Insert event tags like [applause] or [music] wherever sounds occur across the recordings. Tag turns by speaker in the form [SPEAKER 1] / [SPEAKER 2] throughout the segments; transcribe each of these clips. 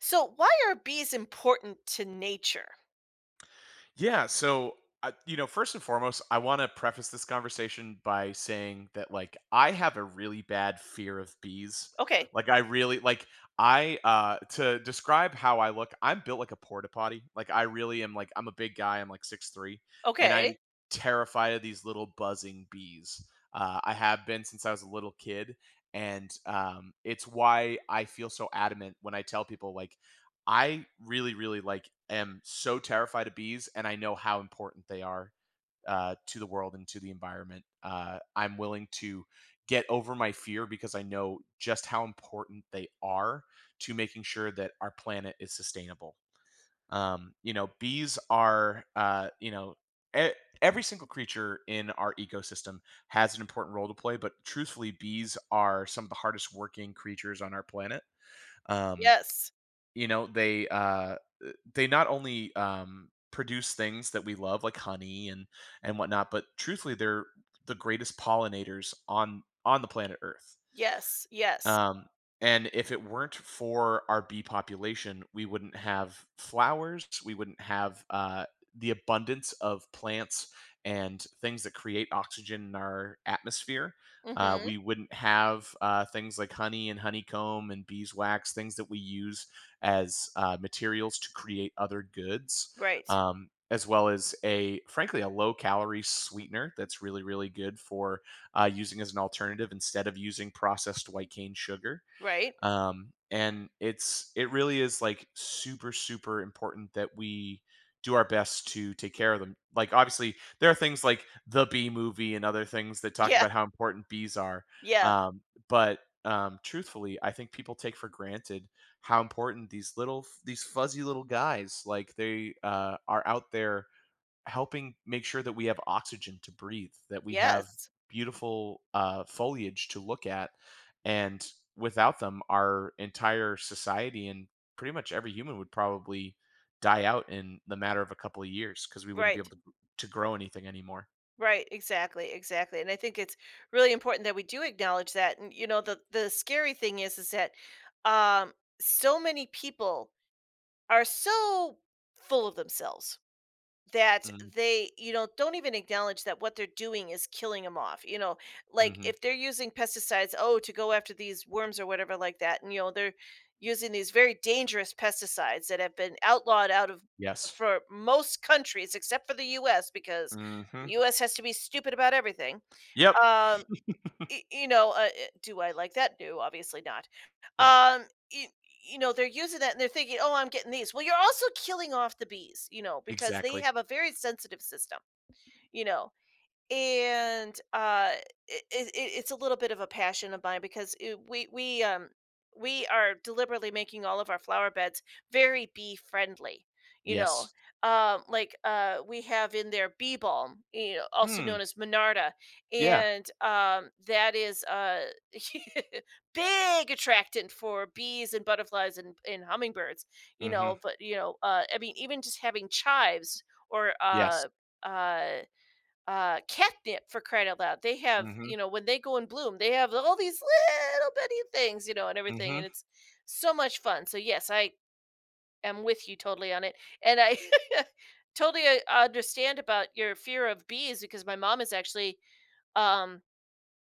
[SPEAKER 1] So, why are bees important to nature?
[SPEAKER 2] Yeah. So, first and foremost, I want to preface this conversation by saying that, I have a really bad fear of bees.
[SPEAKER 1] Okay.
[SPEAKER 2] Like, I really, like, I, To describe how I look, I'm built like a porta potty. I really am, I'm a big guy. I'm like 6'3", and
[SPEAKER 1] Okay.
[SPEAKER 2] I'm terrified of these little buzzing bees. I have been since I was a little kid. And it's why I feel so adamant when I tell people, I really, really am so terrified of bees, and I know how important they are to the world and to the environment. I'm willing to get over my fear because I know just how important they are to making sure that our planet is sustainable. Bees are, e- every single creature in our ecosystem has an important role to play, but truthfully, bees are some of the hardest working creatures on our planet. Um,
[SPEAKER 1] Yes.
[SPEAKER 2] you know, they, uh, they not only, produce things that we love like honey and whatnot, but truthfully, they're the greatest pollinators on the planet Earth.
[SPEAKER 1] Yes. Yes.
[SPEAKER 2] Um, and if it weren't for our bee population, we wouldn't have flowers. We wouldn't have the abundance of plants and things that create oxygen in our atmosphere.
[SPEAKER 1] Mhm.
[SPEAKER 2] We wouldn't have things like honey and honeycomb and beeswax, things that we use as materials to create other goods,
[SPEAKER 1] Right.
[SPEAKER 2] as well as a, frankly, a low calorie sweetener that's really, really good for using as an alternative instead of using processed white cane sugar.
[SPEAKER 1] Right. [laughs]
[SPEAKER 2] And it really is like super super important that we do our best to take care of them. Like obviously there are things like the bee movie and other things that talk
[SPEAKER 1] Yeah.
[SPEAKER 2] about how important bees are.
[SPEAKER 1] Yeah.
[SPEAKER 2] Um, but Truthfully, I think people take for granted how important these fuzzy little guys like they are out there helping make sure that we have oxygen to breathe, that we have
[SPEAKER 1] Yes.
[SPEAKER 2] beautiful foliage to look at. And without them, our entire society and pretty much every human would probably die out in the matter of a couple of years because we wouldn't be able
[SPEAKER 1] Right.
[SPEAKER 2] to grow anything anymore.
[SPEAKER 1] Right. Exactly. Exactly. And I think it's really important that we do acknowledge that. And you know, the scary thing is that um so many people are so full of themselves that
[SPEAKER 2] Mm.
[SPEAKER 1] they, don't even acknowledge that what they're doing is killing them off. You know, like
[SPEAKER 2] Hmm.
[SPEAKER 1] if they're using pesticides, oh, to go after these worms or whatever like that, and you know, they're using these very dangerous pesticides that have been outlawed out of
[SPEAKER 2] Yes.
[SPEAKER 1] for most countries except for the US because the
[SPEAKER 2] Hmm.
[SPEAKER 1] US has to be stupid about everything.
[SPEAKER 2] Yep.
[SPEAKER 1] Um do I like that? No, obviously not.
[SPEAKER 2] Yeah.
[SPEAKER 1] Um, you, you know, they're using that and they're thinking, oh, I'm getting these. Well, you're also killing off the bees, you know, because they
[SPEAKER 2] Exactly.
[SPEAKER 1] have a very sensitive system, you know, and it's a little bit of a passion of mine because we are deliberately making all of our flower beds very bee friendly, you know,
[SPEAKER 2] Yes.
[SPEAKER 1] we have in there bee balm, you know, also
[SPEAKER 2] Mm,
[SPEAKER 1] known as monarda,
[SPEAKER 2] yeah.
[SPEAKER 1] and that is [laughs] big attractant for bees and butterflies and hummingbirds, you
[SPEAKER 2] Hmm.
[SPEAKER 1] know. But you know, I mean, even just having chives or
[SPEAKER 2] Yes.
[SPEAKER 1] uh catnip, for crying out loud. They have,
[SPEAKER 2] Hmm.
[SPEAKER 1] you know, when they go in bloom, they have all these little bitty things, you know, and everything,
[SPEAKER 2] Hmm.
[SPEAKER 1] and it's so much fun. So yes, I am with you totally on it, and I [laughs] totally understand about your fear of bees because my mom has actually um,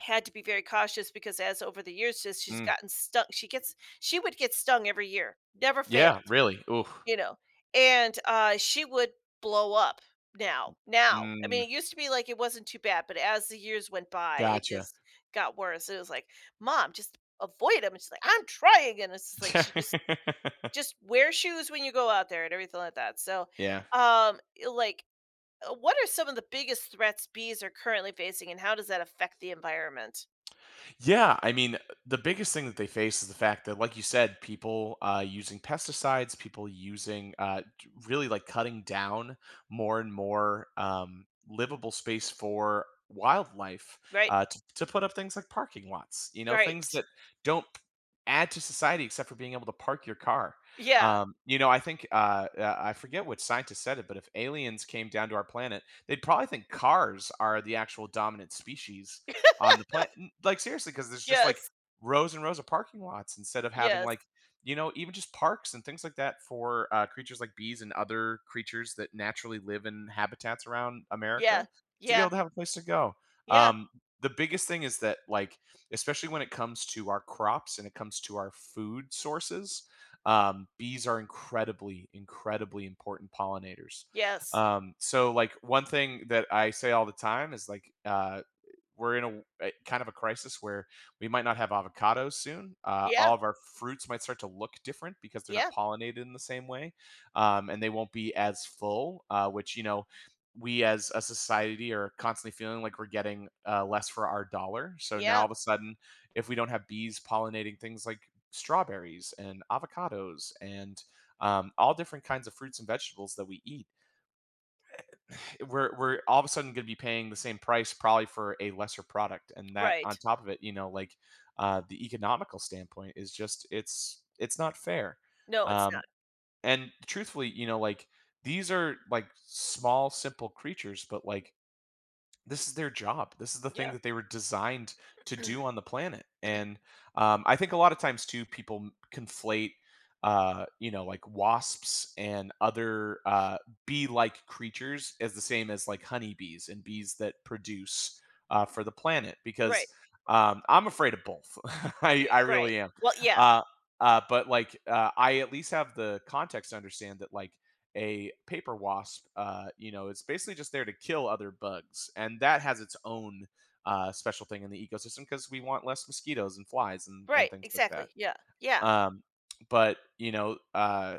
[SPEAKER 1] had to be very cautious because as over the years, just she's
[SPEAKER 2] Mm.
[SPEAKER 1] gotten stung. She gets, she would get stung every year, never failed,
[SPEAKER 2] Yeah. Really. Ooh.
[SPEAKER 1] you know? And, she would blow up now. I
[SPEAKER 2] Mm,
[SPEAKER 1] mean, it used to be like it wasn't too bad, but as the years went by, it
[SPEAKER 2] gotcha.
[SPEAKER 1] just got worse. It was like, "Mom, just avoid him." And she's like, "I'm trying." And it's just like she
[SPEAKER 2] [laughs]
[SPEAKER 1] just wear shoes when you go out there and everything like that. So,
[SPEAKER 2] Yeah.
[SPEAKER 1] um, like, what are some of the biggest threats bees are currently facing, and how does that affect the environment?
[SPEAKER 2] Yeah, I mean, the biggest thing that they face is the fact that, like you said, people using pesticides, people using really like cutting down more and more livable space for wildlife
[SPEAKER 1] Right.
[SPEAKER 2] to put up things like parking lots, you know,
[SPEAKER 1] Right.
[SPEAKER 2] things that don't add to society except for being able to park your car.
[SPEAKER 1] Yeah.
[SPEAKER 2] I think I forget what scientist said it, but if aliens came down to our planet, they'd probably think cars are the actual dominant species on the planet. Like seriously, because there's just like
[SPEAKER 1] Yes,
[SPEAKER 2] rows and rows of parking lots instead of having
[SPEAKER 1] yes,
[SPEAKER 2] like you know even just parks and things like that for creatures like bees and other creatures that naturally live in habitats around
[SPEAKER 1] yeah,
[SPEAKER 2] America to be
[SPEAKER 1] yeah,
[SPEAKER 2] able to have a place to go.
[SPEAKER 1] yeah,
[SPEAKER 2] Um, the biggest thing is that like especially when it comes to our crops and it comes to our food sources, bees are incredibly incredibly important pollinators.
[SPEAKER 1] yes,
[SPEAKER 2] So like one thing that I say all the time is like, we're in a kind of a crisis where we might not have avocados soon.
[SPEAKER 1] yeah,
[SPEAKER 2] All of our fruits might start to look different because they're not
[SPEAKER 1] yeah,
[SPEAKER 2] pollinated in the same way, and they won't be as full. Which you know, we as a society are constantly feeling like we're getting less for our dollar. So now all
[SPEAKER 1] yeah,
[SPEAKER 2] of a sudden, if we don't have bees pollinating things like strawberries and avocados and all different kinds of fruits and vegetables that we eat, we're all of a sudden going to be paying the same price probably for a lesser product, and that on
[SPEAKER 1] right.
[SPEAKER 2] top of it you know like the economical standpoint is just it's not fair.
[SPEAKER 1] No, it's
[SPEAKER 2] um
[SPEAKER 1] not.
[SPEAKER 2] and truthfully you know like these are like small simple creatures but like this is their job. This is the thing
[SPEAKER 1] Yeah,
[SPEAKER 2] that they were designed to do on the planet. And I think a lot of times too, people conflate, like wasps and other bee-like creatures as the same as like honeybees and bees that produce for the planet.
[SPEAKER 1] right,
[SPEAKER 2] Because I'm afraid of both. [laughs] I
[SPEAKER 1] yeah,
[SPEAKER 2] I
[SPEAKER 1] right.
[SPEAKER 2] really am.
[SPEAKER 1] Well, yeah,
[SPEAKER 2] Uh, but like I at least have the context to understand that like a paper wasp, it's basically just there to kill other bugs, and that has its own special thing in the ecosystem because we want less mosquitoes and flies and
[SPEAKER 1] right,
[SPEAKER 2] things like that.
[SPEAKER 1] exactly. Yeah, yeah,
[SPEAKER 2] Um, but you know, uh,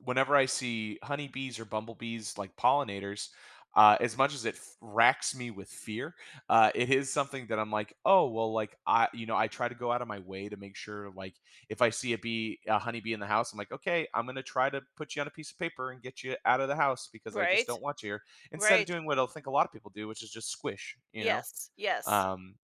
[SPEAKER 2] Whenever I see honeybees or bumblebees like pollinators, as much as it racks me with fear, it is something that I'm like, oh well, I try to go out of my way to make sure, like, if I see a bee, a honeybee in the house, I'm like, okay, I'm gonna try to put you on a piece of paper and get you out of the house because I just
[SPEAKER 1] right,
[SPEAKER 2] don't want you here. Instead of
[SPEAKER 1] right.
[SPEAKER 2] doing what I think a lot of people do, which is just squish, you know.
[SPEAKER 1] Yes, yes,
[SPEAKER 2] Um,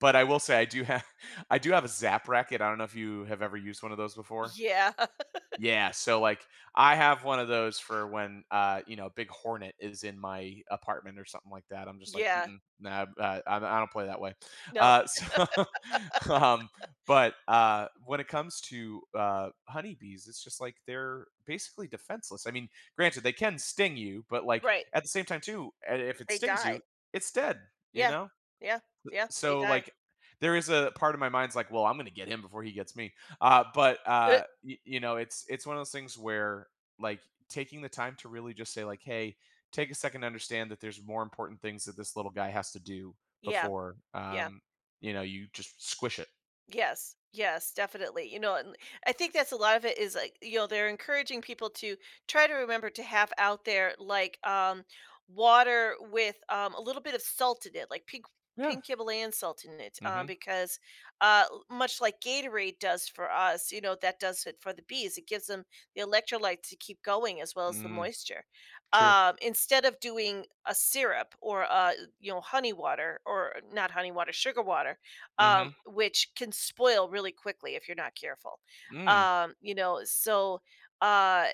[SPEAKER 2] but I will say I do have, [laughs] I do have a zap racket. I don't know if you have ever used one of those before.
[SPEAKER 1] yeah, [laughs]
[SPEAKER 2] Yeah, so, like, I have one of those for when, a big hornet is in my apartment or something like that. I'm just like,
[SPEAKER 1] yeah.
[SPEAKER 2] mm nah, I don't play that way."
[SPEAKER 1] No,
[SPEAKER 2] Uh, so, [laughs] um, when it comes to, honeybees, it's just like they're basically defenseless. I mean, granted, they can sting you, but, like,
[SPEAKER 1] right.
[SPEAKER 2] at the same time too, I if it
[SPEAKER 1] They
[SPEAKER 2] stings
[SPEAKER 1] die.
[SPEAKER 2] you, it's dead, you
[SPEAKER 1] Yeah,
[SPEAKER 2] know?
[SPEAKER 1] yeah, yeah. They
[SPEAKER 2] So
[SPEAKER 1] die.
[SPEAKER 2] like there is a part of my mind's like, well, I'm gonna get him before he gets me.
[SPEAKER 1] Uh,
[SPEAKER 2] You know, it's one of those things where like taking the time to really just say like, hey, take a second to understand that there's more important things that this little guy has to do
[SPEAKER 1] yeah,
[SPEAKER 2] before
[SPEAKER 1] yeah.
[SPEAKER 2] you know you just squish it.
[SPEAKER 1] Yes, yes, definitely. You know, and I think that's a lot of it is like, you know, they're encouraging people to try to remember to have out there like water with a little bit of salt in it, like pink
[SPEAKER 2] Yeah.
[SPEAKER 1] pink Himalayan salt in it,
[SPEAKER 2] Mm-hmm.
[SPEAKER 1] because much like Gatorade does for us, you know, that does it for the bees. It gives them the electrolytes to keep going as well as the
[SPEAKER 2] Mm,
[SPEAKER 1] moisture.
[SPEAKER 2] true.
[SPEAKER 1] Instead of doing a syrup or you know, honey water or not honey water, sugar water,
[SPEAKER 2] Mm-hmm.
[SPEAKER 1] which can spoil really quickly if you're not careful.
[SPEAKER 2] Mm.
[SPEAKER 1] You know, so uh,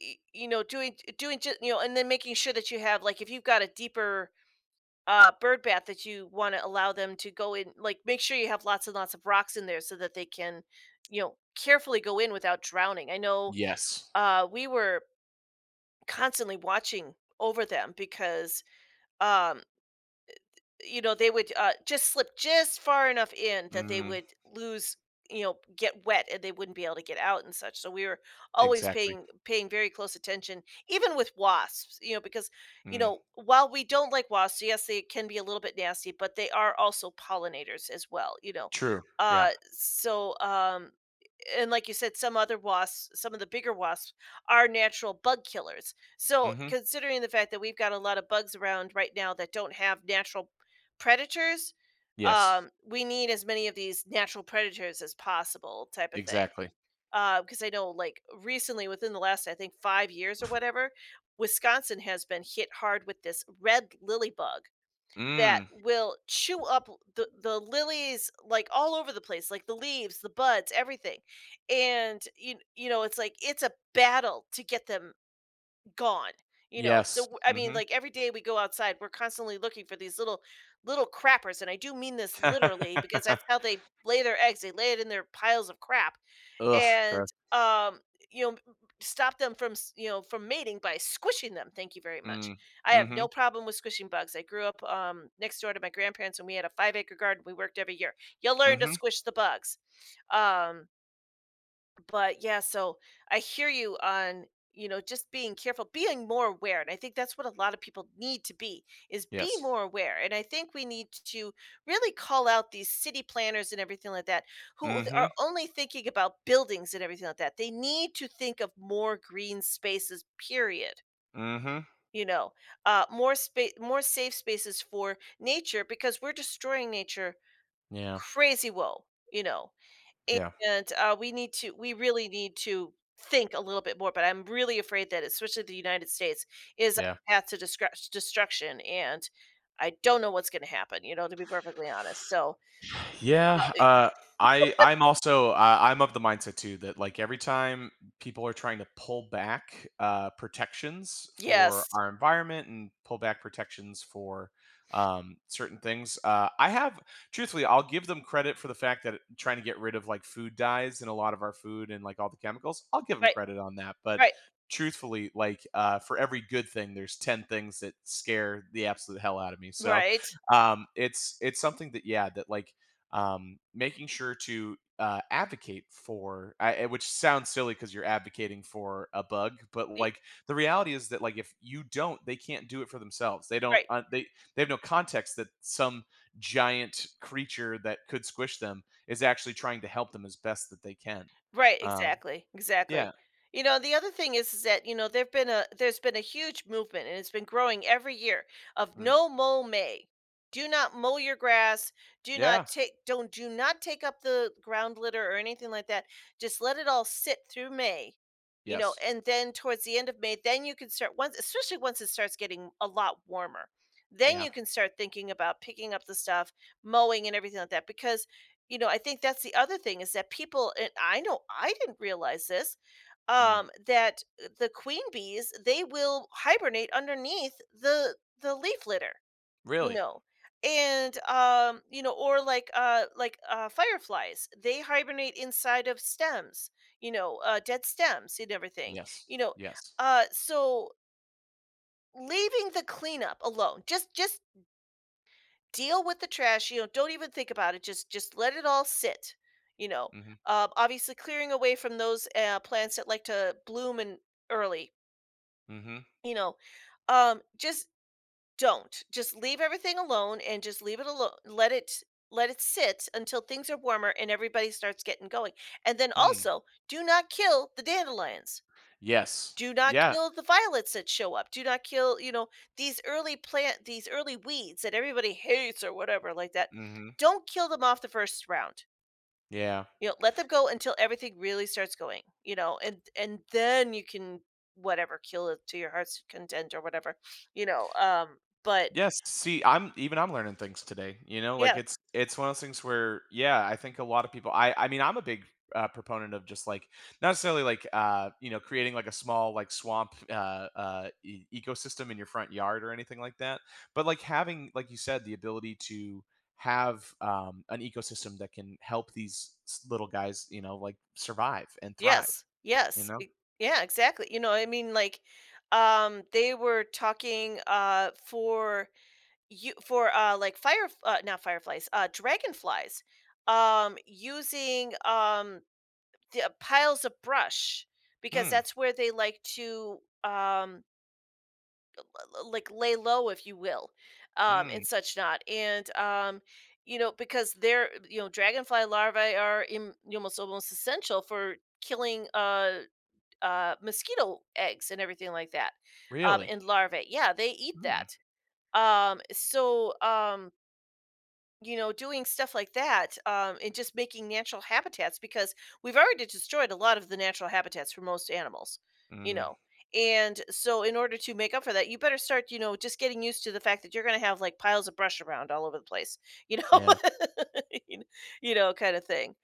[SPEAKER 1] you know, doing just you know, and then making sure that you have like if you've got a deeper bird bath that you want to allow them to go in, like make sure you have lots and lots of rocks in there so that they can, you know, carefully go in without drowning. I know
[SPEAKER 2] Yes.
[SPEAKER 1] we were constantly watching over them because um you know, they would, just slip just far enough in that they
[SPEAKER 2] Mm,
[SPEAKER 1] would lose, you know, get wet and they wouldn't be able to get out and such, so we were always
[SPEAKER 2] exactly.
[SPEAKER 1] paying very close attention, even with wasps, you know, because, you
[SPEAKER 2] Mm,
[SPEAKER 1] know, while we don't like wasps, yes, they can be a little bit nasty, but they are also pollinators as well, you know?
[SPEAKER 2] true. Yeah.
[SPEAKER 1] So, and like you said, some other wasps, some of the bigger wasps are natural bug killers. So,
[SPEAKER 2] Mm-hmm.
[SPEAKER 1] considering the fact that we've got a lot of bugs around right now that don't have natural predators,
[SPEAKER 2] Yes.
[SPEAKER 1] we need as many of these natural predators as possible, type of thing.
[SPEAKER 2] Exactly.
[SPEAKER 1] Because I know, like recently, within the last, I think, 5 years or whatever, Wisconsin has been hit hard with this red lily bug that
[SPEAKER 2] Mm.
[SPEAKER 1] will chew up the lilies, like, all over the place, like, the leaves, the buds, everything, and, you know, it's like it's a battle to get them gone, you know, so,
[SPEAKER 2] Yes.
[SPEAKER 1] I mean,
[SPEAKER 2] Mm-hmm.
[SPEAKER 1] like, every day we go outside, we're constantly looking for these little crappers, and I do mean this literally because
[SPEAKER 2] [laughs]
[SPEAKER 1] that's how they lay their eggs, they lay it in their piles of crap,
[SPEAKER 2] Ugh,
[SPEAKER 1] and
[SPEAKER 2] gross.
[SPEAKER 1] um you know, stop them from you know, from mating by squishing them, thank you very much.
[SPEAKER 2] Mm.
[SPEAKER 1] I have no
[SPEAKER 2] Mhm,
[SPEAKER 1] problem with squishing bugs. I grew up next door to my grandparents and we had a 5 acre garden we worked every year. You learn to
[SPEAKER 2] mhm.
[SPEAKER 1] squish the bugs. um but yeah, so I hear you on, you know, just being careful, being more aware, and I think that's what a lot of people need to be, is be
[SPEAKER 2] Yes.
[SPEAKER 1] more aware. And I think we need to really call out these city planners and everything like that, who are
[SPEAKER 2] Mhm,
[SPEAKER 1] only thinking about buildings and everything like that. They need to think of more green spaces, period,
[SPEAKER 2] mhm.
[SPEAKER 1] you know. More space, more safe spaces for nature because we're destroying nature
[SPEAKER 2] Yeah,
[SPEAKER 1] crazy, well, you know.
[SPEAKER 2] yeah,
[SPEAKER 1] And, we need to, we really need to think a little bit more, but I'm really afraid that especially the United States is a
[SPEAKER 2] yeah.
[SPEAKER 1] path to destruction, and I don't know what's gonna happen, you know, to be perfectly honest. So, uh,
[SPEAKER 2] Yeah,
[SPEAKER 1] eh
[SPEAKER 2] I I'm also I'm of the mindset too that like every time people are trying to pull back protections for
[SPEAKER 1] yes.
[SPEAKER 2] our environment and pull back protections for certain things, I have truthfully I'll give them credit for the fact that trying to get rid of like food dyes and a lot of our food and like all the chemicals. I'll give them
[SPEAKER 1] Right,
[SPEAKER 2] credit on that, but
[SPEAKER 1] right,
[SPEAKER 2] truthfully, like for every good thing, there's 10 things that scare the absolute hell out of me. So
[SPEAKER 1] right,
[SPEAKER 2] it's something that yeah that like making sure to advocate for which sounds silly because you're advocating for a bug but
[SPEAKER 1] e
[SPEAKER 2] like the reality is that like if you don't they can't do it for themselves they don't
[SPEAKER 1] right.
[SPEAKER 2] they have no context that some giant creature that could squish them is actually trying to help them as best that they can.
[SPEAKER 1] Right,
[SPEAKER 2] um
[SPEAKER 1] exactly,
[SPEAKER 2] yeah.
[SPEAKER 1] exactly. You know, the other thing is that you know there've been a there's been a huge movement, and it's been growing every year of
[SPEAKER 2] Mm,
[SPEAKER 1] no mow May. Do not mow your grass. Do not
[SPEAKER 2] yeah.
[SPEAKER 1] take don't do not take up the ground litter or anything like that. Just let it all sit through May. You know,
[SPEAKER 2] Yes.
[SPEAKER 1] and then towards the end of May, then you can start once, especially once it starts getting a lot warmer. Then
[SPEAKER 2] Yeah.
[SPEAKER 1] you can start thinking about picking up the stuff, mowing, and everything like that. Because you know, I think that's the other thing is that people, and I know I didn't realize this,
[SPEAKER 2] Mm,
[SPEAKER 1] that the queen bees, they will hibernate underneath the leaf litter, you
[SPEAKER 2] really.
[SPEAKER 1] know. And you know, or like fireflies, they hibernate inside of stems, you know, dead stems and everything.
[SPEAKER 2] Yes.
[SPEAKER 1] You know,
[SPEAKER 2] Yes.
[SPEAKER 1] so leaving the cleanup alone, just deal with the trash, you know, don't even think about it, just let it all sit, you know.
[SPEAKER 2] Mm-hmm.
[SPEAKER 1] Obviously clearing away from those plants that like to bloom and early,
[SPEAKER 2] Mm-hmm.
[SPEAKER 1] you know. Just don't. Just leave everything alone and just leave it alone. Let it sit until things are warmer and everybody starts getting going. And then
[SPEAKER 2] Mm,
[SPEAKER 1] also, do not kill the dandelions.
[SPEAKER 2] yes.
[SPEAKER 1] Do not
[SPEAKER 2] Yeah.
[SPEAKER 1] kill the violets that show up. Do not kill, you know, these early plant these early weeds that everybody hates or whatever like that.
[SPEAKER 2] Mm-hmm.
[SPEAKER 1] Don't kill them off the first round.
[SPEAKER 2] Yeah.
[SPEAKER 1] You know, let them go until everything really starts going, you know, and then you can whatever kill it to your heart's content or whatever, you know. But
[SPEAKER 2] Yes, see, I'm even I'm learning things today, you know, like
[SPEAKER 1] yeah,
[SPEAKER 2] it's one of those things where, yeah, I think a lot of people I mean, I'm a big proponent of just like not necessarily like creating like a small like swamp ecosystem in your front yard or anything like that, but like having like you said the ability to have an ecosystem that can help little guys, you know, like survive and thrive,
[SPEAKER 1] yes,
[SPEAKER 2] you
[SPEAKER 1] yes,
[SPEAKER 2] know?
[SPEAKER 1] yeah, exactly. You know, I mean, like, they were talking for you, for, like, fire not fireflies, dragonflies, using, the, piles of brush because
[SPEAKER 2] Hmm.
[SPEAKER 1] that's where they like to, um, l l like, lay low, if you will,
[SPEAKER 2] Hmm.
[SPEAKER 1] and such not, and, you know, because they're, you know, dragonfly larvae are im almost almost essential for killing, mosquito eggs and everything like that,
[SPEAKER 2] Really?
[SPEAKER 1] and larvae. Yeah, they eat
[SPEAKER 2] Hmm.
[SPEAKER 1] that. So, you know, doing stuff like that, and just making natural habitats because we've already destroyed a lot of the natural habitats for most animals, you
[SPEAKER 2] Mm,
[SPEAKER 1] know. And so, in order to make up for that, you better start, you know, just getting used to the fact that you're going to have like piles of brush around all over the place, you know,
[SPEAKER 2] yeah.
[SPEAKER 1] [laughs] you kn- you know, kind of thing.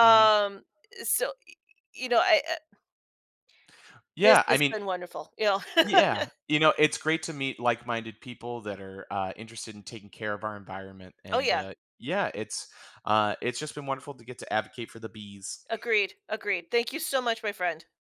[SPEAKER 2] Hmm.
[SPEAKER 1] so, you know, this
[SPEAKER 2] yeah, I
[SPEAKER 1] has
[SPEAKER 2] mean,
[SPEAKER 1] been wonderful, you know. [laughs]
[SPEAKER 2] Yeah, you know, it's great to meet like-minded people that are, interested in taking care of our environment,
[SPEAKER 1] Oh,
[SPEAKER 2] and,
[SPEAKER 1] yeah,
[SPEAKER 2] yeah, it's, it's just been wonderful to get to advocate for the bees.
[SPEAKER 1] agreed, agreed. Thank you so much, my friend.